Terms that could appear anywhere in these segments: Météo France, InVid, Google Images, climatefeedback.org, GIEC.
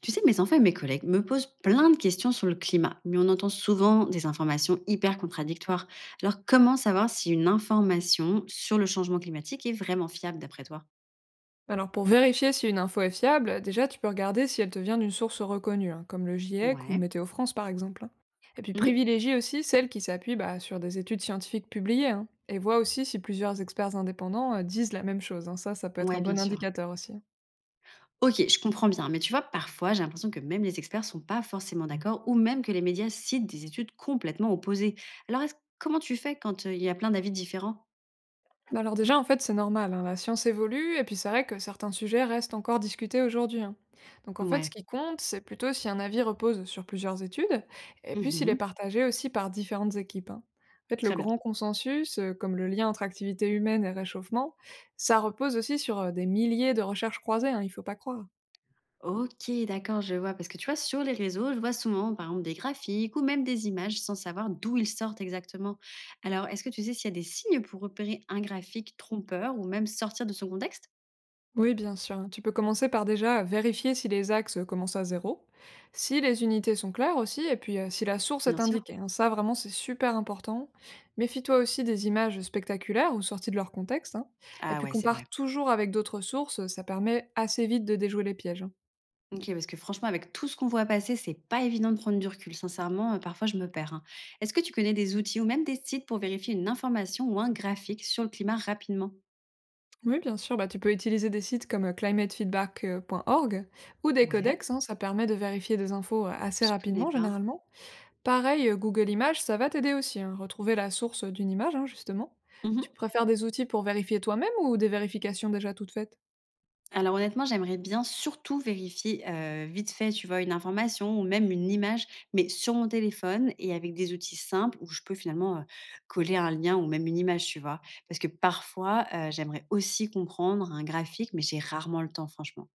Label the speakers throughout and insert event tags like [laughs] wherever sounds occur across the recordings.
Speaker 1: Tu sais, mes enfants et mes collègues me posent plein de questions sur le climat, mais on entend souvent des informations hyper contradictoires. Alors, comment savoir si une information sur le changement climatique est vraiment fiable d'après toi?
Speaker 2: Alors pour vérifier si une info est fiable, déjà tu peux regarder si elle te vient d'une source reconnue, hein, comme le GIEC ou
Speaker 1: Ouais.
Speaker 2: Météo France par exemple. Hein. Et puis
Speaker 1: Mhm.
Speaker 2: privilégie aussi celles qui s'appuient bah, sur des études scientifiques publiées, hein, et vois aussi si plusieurs experts indépendants disent la même chose. Hein. Ça peut être
Speaker 1: Ouais,
Speaker 2: un
Speaker 1: bien
Speaker 2: bon
Speaker 1: sûr.
Speaker 2: indicateur aussi.
Speaker 1: Ok, je comprends bien, mais tu vois, parfois, j'ai l'impression que même les experts sont pas forcément d'accord, ou même que les médias citent des études complètement opposées. Alors, comment tu fais quand il y a plein d'avis différents?
Speaker 2: Bah alors déjà, en fait, c'est normal, hein, la science évolue, et puis c'est vrai que certains sujets restent encore discutés aujourd'hui. Hein. Donc en fait, ce
Speaker 1: Ouais.
Speaker 2: qui compte, c'est plutôt si un avis repose sur plusieurs études, et puis s'il est
Speaker 1: Mhm.
Speaker 2: partagé aussi par différentes équipes. Hein. En fait, le
Speaker 1: Très bien.
Speaker 2: grand consensus, comme le lien entre activité humaine et réchauffement, ça repose aussi sur des milliers de recherches croisées, hein, il faut pas croire.
Speaker 1: OK, d'accord, je vois. Parce que tu vois, sur les réseaux, je vois souvent, par exemple, des graphiques ou même des images sans savoir d'où ils sortent exactement. Alors, est-ce que tu sais s'il y a des signes pour repérer un graphique trompeur ou même sortir de son contexte?
Speaker 2: Oui, bien sûr. Tu peux commencer par déjà vérifier si les axes commencent à zéro, si les unités sont claires aussi, et puis si la source
Speaker 1: Bien
Speaker 2: est
Speaker 1: sûr.
Speaker 2: indiquée. Hein. Ça, vraiment, c'est super important. Méfie-toi aussi des images spectaculaires ou sorties de leur contexte. Hein. Et
Speaker 1: Ah
Speaker 2: puis
Speaker 1: ouais, c'est vrai.
Speaker 2: compare toujours avec d'autres sources, ça permet assez vite de déjouer les pièges. Hein.
Speaker 1: Ok, parce que franchement, avec tout ce qu'on voit passer, c'est pas évident de prendre du recul. Sincèrement, parfois, je me perds, hein. Est-ce que tu connais des outils ou même des sites pour vérifier une information ou un graphique sur le climat rapidement?
Speaker 2: Oui, bien sûr, bah, tu peux utiliser des sites comme climatefeedback.org ou des
Speaker 1: Ouais,
Speaker 2: codex, hein, ça permet de vérifier des infos assez
Speaker 1: je connais
Speaker 2: rapidement
Speaker 1: pas.
Speaker 2: généralement. Pareil, Google Images, ça va t'aider aussi, hein, retrouver la source, d'une image, hein, justement. Tu préfères des outils pour vérifier toi-même ou des vérifications déjà toutes faites?
Speaker 1: Alors honnêtement, j'aimerais bien surtout vérifier, vite fait, tu vois, une information ou même une image, mais sur mon téléphone et avec des outils simples où je peux finalement, coller un lien ou même une image, tu vois? Parce que parfois, j'aimerais aussi comprendre un graphique, mais j'ai rarement le temps, franchement.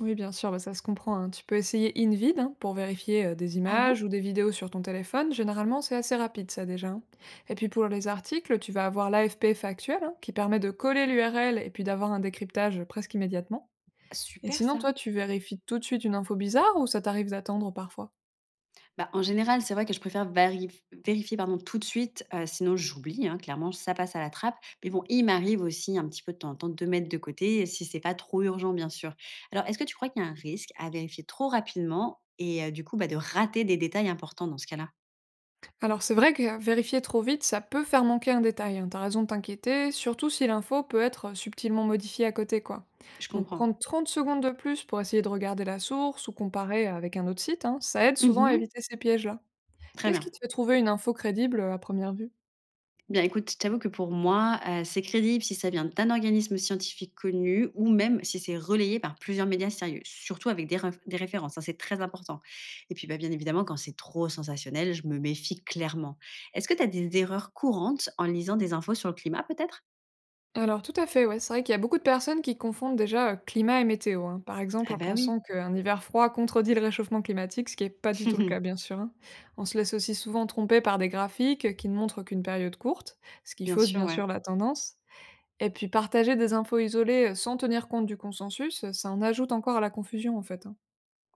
Speaker 2: Oui, bien sûr, bah, ça se comprend, hein. Tu peux essayer InVid, hein, pour vérifier, des
Speaker 1: Ah bon?
Speaker 2: images ou des vidéos sur ton téléphone. Généralement, c'est assez rapide ça déjà, hein. Et puis pour les articles, tu vas avoir l'AFP Factuel, hein, qui permet de coller l'URL et puis d'avoir un décryptage, presque immédiatement. Et
Speaker 1: Super
Speaker 2: sinon,
Speaker 1: ça.
Speaker 2: toi, tu vérifies tout de suite une info bizarre ou ça t'arrive d'attendre parfois?
Speaker 1: Bah, en général, c'est vrai que je préfère varif vérifier pardon, tout de suite, sinon j'oublie, hein, clairement, ça passe à la trappe. Mais bon, il m'arrive aussi un petit peu de temps en temps de mettre de côté, si c'est pas trop urgent, bien sûr. Alors, est-ce que tu crois qu'il y a un risque à vérifier trop rapidement et du coup, bah, de rater des détails importants dans ce cas-là?
Speaker 2: Alors c'est vrai que vérifier trop vite, ça peut faire manquer un détail, hein. T'as raison de t'inquiéter, surtout si l'info peut être subtilement modifiée à côté, quoi.
Speaker 1: Je
Speaker 2: Donc
Speaker 1: comprends.
Speaker 2: prendre 30 secondes de plus pour essayer de regarder la source ou comparer avec un autre site, hein, ça aide souvent à
Speaker 1: Mmh.
Speaker 2: éviter ces pièges-là.
Speaker 1: Très
Speaker 2: Qu'est-ce qui
Speaker 1: bien.
Speaker 2: te fait trouver une info crédible à première vue?
Speaker 1: Bien, écoute, je t'avoue que pour moi, c'est crédible si ça vient d'un organisme scientifique connu ou même si c'est relayé par plusieurs médias sérieux, surtout avec des ref des références, ça, c'est très important, et puis, bah, bien évidemment, quand c'est trop sensationnel, je me méfie clairement. Est-ce que tu as des erreurs courantes en lisant des infos sur le climat peut-être?
Speaker 2: Alors tout à fait, ouais. C'est vrai qu'il y a beaucoup de personnes qui confondent déjà, climat et météo, hein. Par exemple,
Speaker 1: Ah
Speaker 2: en
Speaker 1: bah, oui,
Speaker 2: pensant qu'un hiver froid contredit le réchauffement climatique, ce qui est pas du tout le cas, bien
Speaker 1: [laughs]
Speaker 2: sûr, hein. On se laisse aussi souvent tromper par des graphiques, qui ne montrent qu'une période courte, ce qui
Speaker 1: bien
Speaker 2: fausse
Speaker 1: sûr,
Speaker 2: bien
Speaker 1: ouais.
Speaker 2: sûr la tendance. Et puis partager des infos isolées, sans tenir compte du consensus, ça en ajoute encore à la confusion, en fait, hein.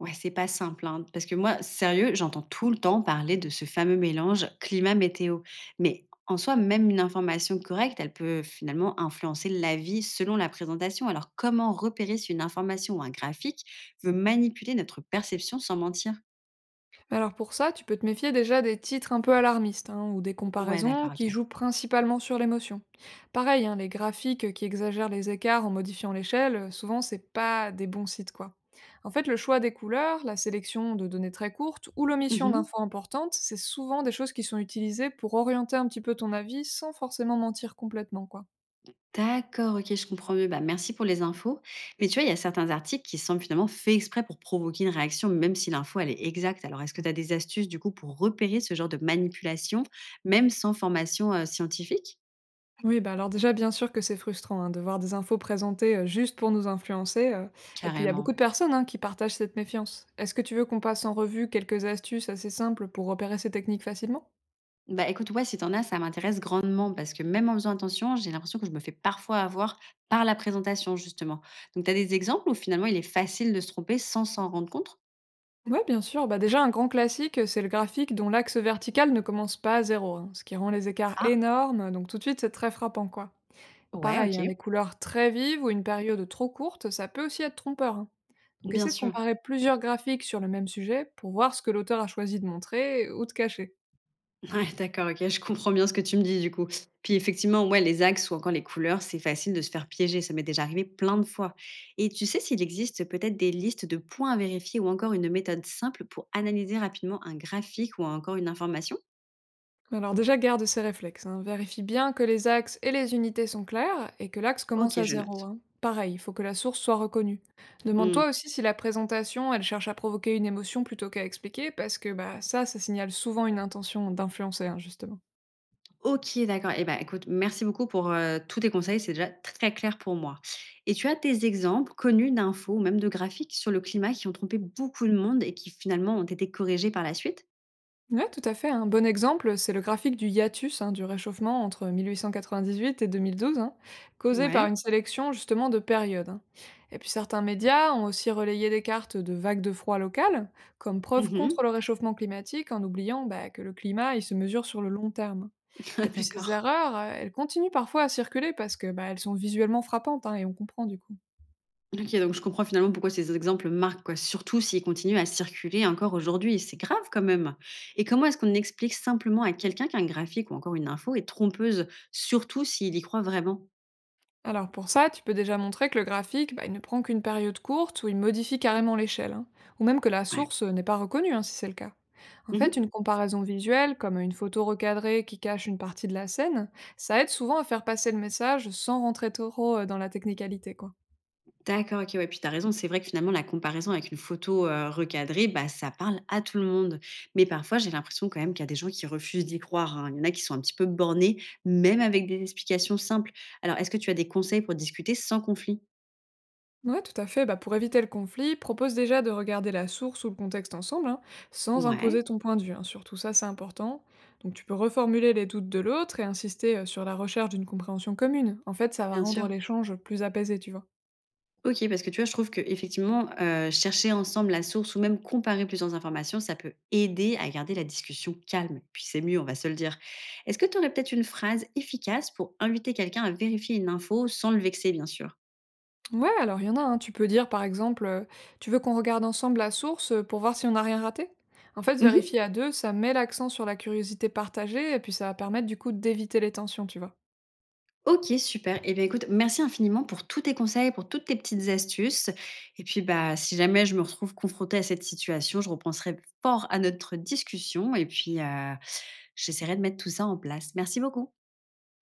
Speaker 1: Ouais, c'est pas simple, hein, parce que moi, sérieux, j'entends tout le temps parler de ce fameux mélange climat-météo. Mais en soi, même une information correcte, elle peut finalement influencer l'avis selon la présentation. Alors, comment repérer si une information ou un graphique veut manipuler notre perception sans mentir?
Speaker 2: Alors pour ça, tu peux te méfier déjà des titres un peu alarmistes hein, ou des
Speaker 1: Ouais,
Speaker 2: comparaisons
Speaker 1: d'accord,
Speaker 2: qui jouent principalement sur l'émotion. Pareil, hein, les graphiques qui exagèrent les écarts en modifiant l'échelle, souvent c'est pas des bons sites quoi. En fait, le choix des couleurs, la sélection de données très courtes ou l'omission
Speaker 1: ok.
Speaker 2: d'infos importantes, c'est souvent des choses qui sont utilisées pour orienter un petit peu ton avis sans forcément mentir complètement quoi.
Speaker 1: D'accord, OK, je comprends mieux. Bah, merci pour les infos. Mais tu vois, il y a certains articles qui semblent finalement faits exprès pour provoquer une réaction, même si l'info, elle est exacte. Alors, est-ce que tu as des astuces, du coup, pour repérer ce genre de manipulation, même sans formation scientifique?
Speaker 2: Oui, bah alors déjà, bien sûr que c'est frustrant hein, de voir des infos présentées juste pour nous influencer. Et puis, il y a beaucoup
Speaker 1: Carrément.
Speaker 2: de personnes hein, qui partagent cette méfiance. Est-ce que tu veux qu'on passe en revue quelques astuces assez simples pour repérer ces techniques facilement?
Speaker 1: Bah écoute, ouais, si t'en as, ça m'intéresse grandement parce que même en faisant attention, j'ai l'impression que je me fais parfois avoir par la présentation, justement. Donc, t'as des exemples où finalement, il est facile de se tromper sans s'en rendre compte?
Speaker 2: Oui, bien sûr. Bah déjà, un grand classique, c'est le graphique dont l'axe vertical ne commence pas à zéro, hein, ce qui rend les écarts
Speaker 1: Ah,
Speaker 2: énormes. Donc tout de suite, c'est très frappant, quoi.
Speaker 1: ouais,
Speaker 2: Pareil,
Speaker 1: OK.
Speaker 2: hein, les couleurs très vives ou une période trop courte, ça peut aussi être trompeur. Hein. Donc
Speaker 1: Bien
Speaker 2: essaie de
Speaker 1: sûr.
Speaker 2: comparer plusieurs graphiques sur le même sujet pour voir ce que l'auteur a choisi de montrer ou de cacher.
Speaker 1: Ouais, d'accord, OK, je comprends bien ce que tu me dis, du coup. Puis effectivement, ouais, les axes ou encore les couleurs, c'est facile de se faire piéger. Ça m'est déjà arrivé plein de fois. Et tu sais s'il existe peut-être des listes de points à vérifier ou encore une méthode simple pour analyser rapidement un graphique ou encore une information?
Speaker 2: Alors déjà, garde ces réflexes. Hein. Vérifie bien que les axes et les unités sont clairs et que l'axe commence
Speaker 1: OK,
Speaker 2: à
Speaker 1: je
Speaker 2: zéro.
Speaker 1: note.
Speaker 2: Hein. Pareil, il faut que la source soit reconnue.
Speaker 1: Hmm.
Speaker 2: Demande-toi aussi si la présentation, elle cherche à provoquer une émotion plutôt qu'à expliquer, parce que bah, ça signale souvent une intention d'influencer, hein, justement.
Speaker 1: OK, d'accord. Eh ben, écoute, merci beaucoup pour tous tes conseils. C'est déjà très clair pour moi. Et tu as des exemples connus d'infos ou même de graphiques sur le climat qui ont trompé beaucoup de monde et qui finalement ont été corrigés par la suite?
Speaker 2: Ouais, tout à fait. Un bon exemple, c'est le graphique du hiatus hein, du réchauffement entre 1898 et 2012, hein, causé par
Speaker 1: Ouais.
Speaker 2: une sélection justement de périodes. Hein. Et puis certains médias ont aussi relayé des cartes de vagues de froid locales comme preuve contre
Speaker 1: Mhm.
Speaker 2: le réchauffement climatique en oubliant bah, que le climat il se mesure sur le long terme.
Speaker 1: Ah
Speaker 2: Et puis ces
Speaker 1: d'accord.
Speaker 2: erreurs, elles continuent parfois à circuler parce que bah, elles sont visuellement frappantes hein, et on comprend du coup.
Speaker 1: OK, donc je comprends finalement pourquoi ces exemples marquent, quoi, surtout s'ils continuent à circuler encore aujourd'hui. C'est grave quand même. Et comment est-ce qu'on explique simplement à quelqu'un qu'un graphique ou encore une info est trompeuse, surtout s'il y croit vraiment?
Speaker 2: Alors pour ça, tu peux déjà montrer que le graphique, bah, il ne prend qu'une période courte où il modifie carrément l'échelle, hein, ou même que la
Speaker 1: Ouais.
Speaker 2: source n'est pas reconnue hein, si c'est le cas. En
Speaker 1: Mmh.
Speaker 2: fait, une comparaison visuelle, comme une photo recadrée qui cache une partie de la scène, ça aide souvent à faire passer le message sans rentrer trop dans la technicalité, quoi.
Speaker 1: D'accord, OK, ouais, puis t'as raison, c'est vrai que finalement la comparaison avec une photo, recadrée, bah, ça parle à tout le monde. Mais parfois, j'ai l'impression quand même qu'il y a des gens qui refusent d'y croire, hein. Il y en a qui sont un petit peu bornés, même avec des explications simples. Alors, est-ce que tu as des conseils pour discuter sans conflit?
Speaker 2: Ouais, tout à fait. Bah, pour éviter le conflit, propose déjà de regarder la source ou le contexte ensemble, hein, sans
Speaker 1: Ouais,
Speaker 2: imposer ton point de vue. Hein. Surtout ça, c'est important. Donc tu peux reformuler les doutes de l'autre et insister sur la recherche d'une compréhension commune. En fait, ça va
Speaker 1: bien sûr.
Speaker 2: rendre l'échange plus apaisé, tu vois.
Speaker 1: OK, parce que tu vois, je trouve qu'effectivement, chercher ensemble la source ou même comparer plusieurs informations, ça peut aider à garder la discussion calme. Puis c'est mieux, on va se le dire. Est-ce que tu aurais peut-être une phrase efficace pour inviter quelqu'un à vérifier une info sans le vexer, bien sûr?
Speaker 2: Ouais, alors il y en a, hein. Tu peux dire par exemple, tu veux qu'on regarde ensemble la source pour voir si on n'a rien raté? En fait,
Speaker 1: Mmh.
Speaker 2: vérifier à deux, ça met l'accent sur la curiosité partagée et puis ça va permettre du coup d'éviter les tensions, tu vois.
Speaker 1: OK, super. Et bien écoute, merci infiniment pour tous tes conseils, pour toutes tes petites astuces. Et puis, bah, si jamais je me retrouve confrontée à cette situation, je repenserai fort à notre discussion et puis, j'essaierai de mettre tout ça en place. Merci beaucoup.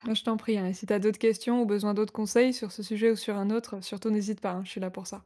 Speaker 2: Moi, je t'en prie, hein, et si t'as d'autres questions ou besoin d'autres conseils sur ce sujet ou sur un autre, surtout n'hésite pas, hein, je suis là pour ça.